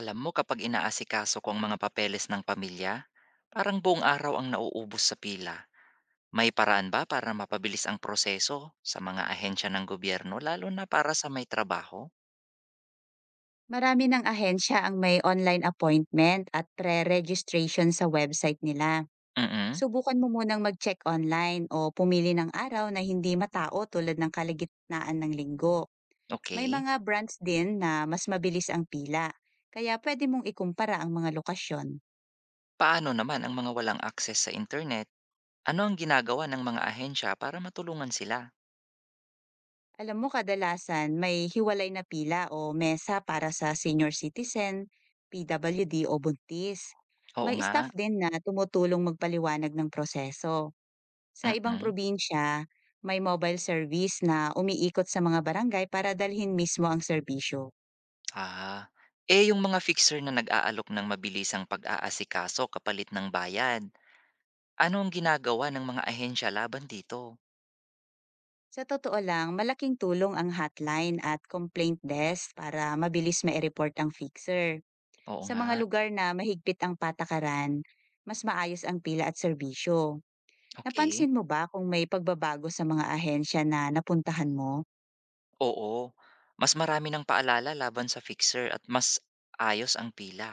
Alam mo kapag inaasikaso ko ang mga papeles ng pamilya, parang buong araw ang nauubos sa pila. May paraan ba para mapabilis ang proseso sa mga ahensya ng gobyerno lalo na para sa may trabaho? Marami ng ahensya ang may online appointment at pre-registration sa website nila. Mm, Subukan mo munang mag-check online o pumili ng araw na hindi matao tulad ng kalagitnaan ng linggo. May okay. mga brands din na mas mabilis ang pila, kaya pwede mong ikumpara ang mga lokasyon. Paano naman ang mga walang access sa internet? Ano ang ginagawa ng mga ahensya para matulungan sila? Alam mo, kadalasan may hiwalay na pila o mesa para sa senior citizen, PWD o buntis. Oo May nga. staff din na tumutulong magpaliwanag ng proseso. Sa ibang Mm. probinsya, may mobile service na umiikot sa mga barangay para dalhin mismo ang serbisyo. Ah. Eh yung mga fixer na nag-aalok ng mabilisang pag-aasikaso kapalit ng bayad, ano ang ginagawa ng mga ahensya laban dito? Sa totoo lang, malaking tulong ang hotline at complaint desk para mabilis ma-report ang fixer. Oo Sa mga nga. lugar na mahigpit ang patakaran, mas maayos ang pila at serbisyo. Okay. Napansin mo ba kung may pagbabago sa mga ahensya na napuntahan mo? Oo. Mas marami ng paalala laban sa fixer at mas ayos ang pila.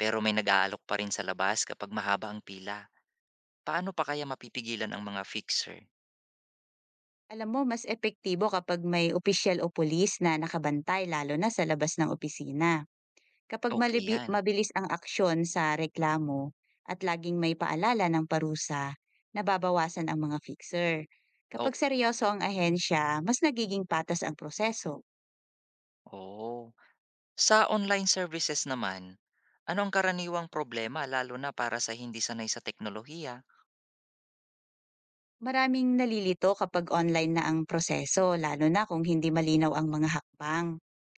Pero may nag-aalok pa rin sa labas kapag mahaba ang pila. Paano pa kaya mapipigilan ang mga fixer? Alam mo, mas epektibo kapag may opisyal o pulis na nakabantay lalo na sa labas ng opisina. Kapag Okay, malibi 'yan. mabilis ang aksyon sa reklamo at laging may paalala ng parusa, nababawasan ang mga fixer. Oo. Kapag seryoso ang ahensya, mas nagiging patas ang proseso. Oh. Sa online services naman, ano ang karaniwang problema lalo na para sa hindi sanay sa teknolohiya? Maraming nalilito kapag online na ang proseso, lalo na kung hindi malinaw ang mga hakbang.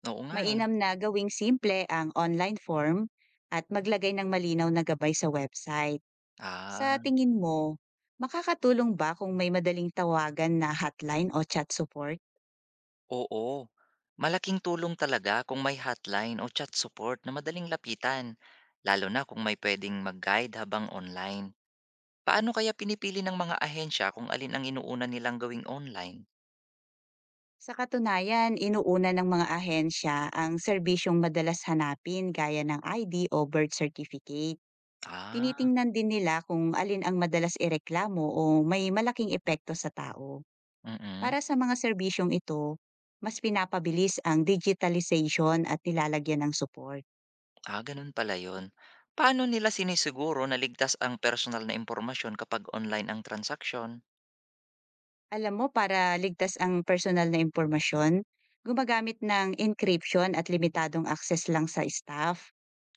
Oo nga, eh. Mainam na gawing simple ang online form at maglagay ng malinaw na gabay sa website. Sa Ah. tingin mo, makakatulong ba kung may madaling tawagan na hotline o chat support? Oo. Malaking tulong talaga kung may hotline o chat support na madaling lapitan, lalo na kung may pwedeng mag-guide habang online. Paano kaya pinipili ng mga ahensya kung alin ang inuuna nilang gawing online? Sa katunayan, inuuna ng mga ahensya ang serbisyong madalas hanapin gaya ng ID o birth certificate. Ah, Tinitingnan din nila kung alin ang madalas ireklamo o may malaking epekto sa tao. mm. Para sa mga serbisyong ito, mas pinapabilis ang digitalization at nilalagyan ng support. Ah, ganun pala yun. Paano nila sinisiguro na ligtas ang personal na impormasyon kapag online ang transaksyon? Alam mo, para ligtas ang personal na impormasyon, gumagamit ng encryption at limitadong access lang sa staff.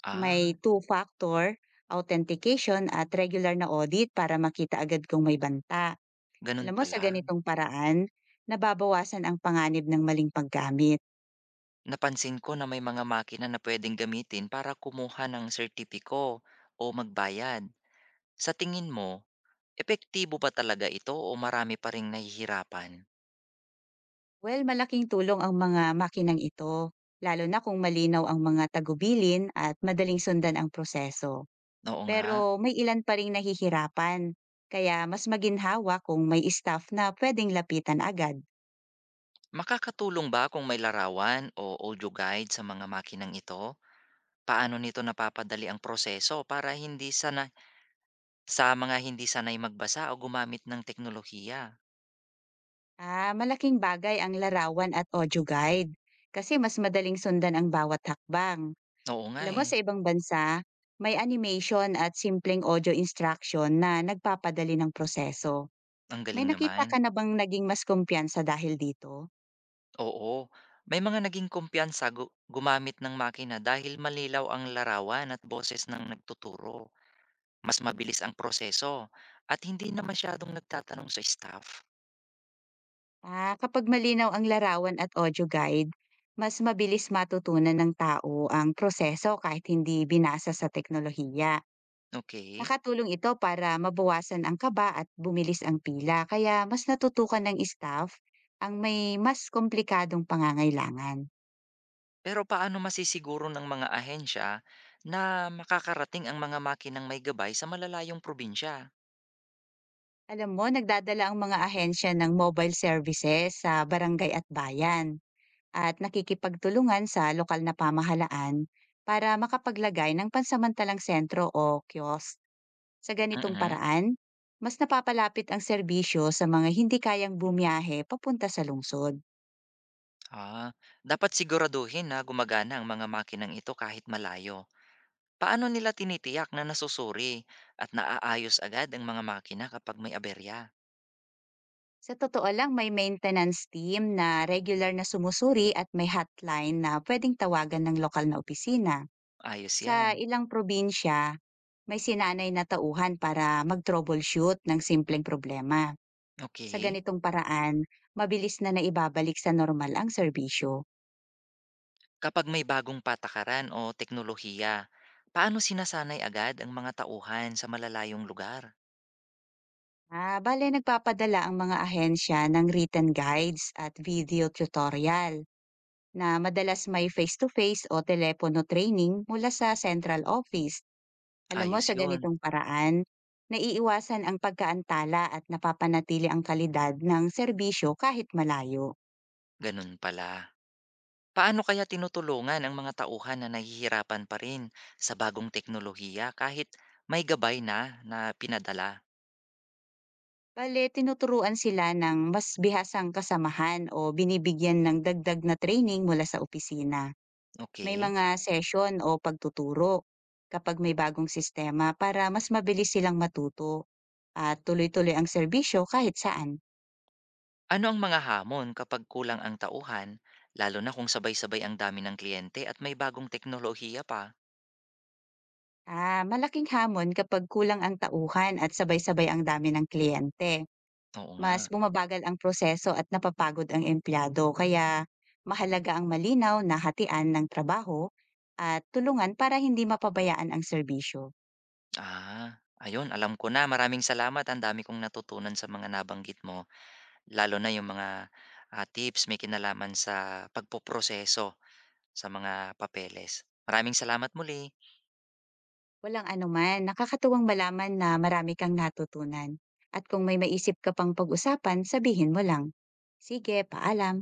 Ah, May two-factor authentication at regular na audit para makita agad kung may banta. ganun Alam mo, sa pala. ganitong paraan, nababawasan ang panganib ng maling paggamit. Napansin ko na may mga makina na pwedeng gamitin para kumuha ng sertipiko o magbayad. Sa tingin mo, epektibo ba talaga ito o marami pa ring nahihirapan? Well, malaking tulong ang mga makinang ito, lalo na kung malinaw ang mga tagubilin at madaling sundan ang proseso. Oo nga. Pero may ilan pa rin nahihirapan, kaya mas maginhawa kung may staff na pwedeng lapitan agad. Makakatulong ba kung may larawan o audio guide sa mga makinang ito? Paano nito napapadali ang proseso para hindi sana sa mga hindi sanay magbasa o gumamit ng teknolohiya? Ah, malaking bagay ang larawan at audio guide kasi mas madaling sundan ang bawat hakbang. Oo nga, Alam mo, eh. sa ibang bansa, may animation at simpleng audio instruction na nagpapadali ng proseso. Ang May galing nakita naman. ka na bang naging mas kumpiyansa dahil dito? Oo. May mga naging kumpiyansa gumamit ng makina dahil malilaw ang larawan at boses ng nagtuturo. Mas mabilis ang proseso at hindi na masyadong nagtatanong sa staff. Ah, kapag malinaw ang larawan at audio guide, mas mabilis matutunan ng tao ang proseso kahit hindi binasa sa teknolohiya. Okay. Nakatulong ito para mabawasan ang kaba at bumilis ang pila kaya mas natutukan ng staff ang may mas komplikadong pangangailangan. Pero paano masisiguro ng mga ahensya na makakarating ang mga makinang may gabay sa malalayong probinsya? Alam mo, nagdadala ang mga ahensya ng mobile services sa barangay at bayan at nakikipagtulungan sa lokal na pamahalaan para makapaglagay ng pansamantalang sentro o kiosk. Sa ganitong Mm. paraan, mas napapalapit ang serbisyo sa mga hindi kayang bumiyahe papunta sa lungsod. Ah, dapat siguraduhin na gumagana ang mga makinang ito kahit malayo. Paano nila tinitiyak na nasusuri at naaayos agad ang mga makina kapag may aberya? Sa totoo lang, may maintenance team na regular na sumusuri at may hotline na pwedeng tawagan ng lokal na opisina. Ayos Sa 'yan. ilang probinsya, may sinanay na tauhan para mag-troubleshoot ng simpleng problema. Sa Okay. ganitong paraan, mabilis na naibabalik sa normal ang serbisyo. Kapag may bagong patakaran o teknolohiya, paano sinasanay agad ang mga tauhan sa malalayong lugar? Ah, bale nagpapadala ang mga ahensya ng written guides at video tutorial na madalas may face-to-face o telepono training mula sa central office. Alam mo, Ayos sa 'yun, ganitong paraan, naiiwasan ang pagkaantala at napapanatili ang kalidad ng serbisyo kahit malayo. gano'n pala. Paano kaya tinutulungan ang mga tauhan na nahihirapan pa rin sa bagong teknolohiya kahit may gabay na na pinadala? Bale, tinuturuan sila ng mas bihasang kasamahan o binibigyan ng dagdag na training mula sa opisina. May Okay. mga session o pagtuturo kapag may bagong sistema para mas mabilis silang matuto at tuloy-tuloy ang serbisyo kahit saan. Ano ang mga hamon kapag kulang ang tauhan, lalo na kung sabay-sabay ang dami ng kliyente at may bagong teknolohiya pa? Ah, malaking hamon kapag kulang ang tauhan at sabay-sabay ang dami ng kliyente. Oo nga. Mas bumabagal ang proseso at napapagod ang empleyado kaya mahalaga ang malinaw na hatian ng trabaho at tulungan para hindi mapabayaan ang serbisyo. Ah, ayun alam ko na. Maraming salamat, ang dami kong natutunan sa mga nabanggit mo, lalo na yung mga, ah, tips may kinalaman sa pagpoproseso sa mga papeles. Maraming salamat muli. Walang anuman, nakakatuwang malaman na marami kang natutunan. At kung may maisip ka pang pag-usapan, sabihin mo lang. Sige, paalam.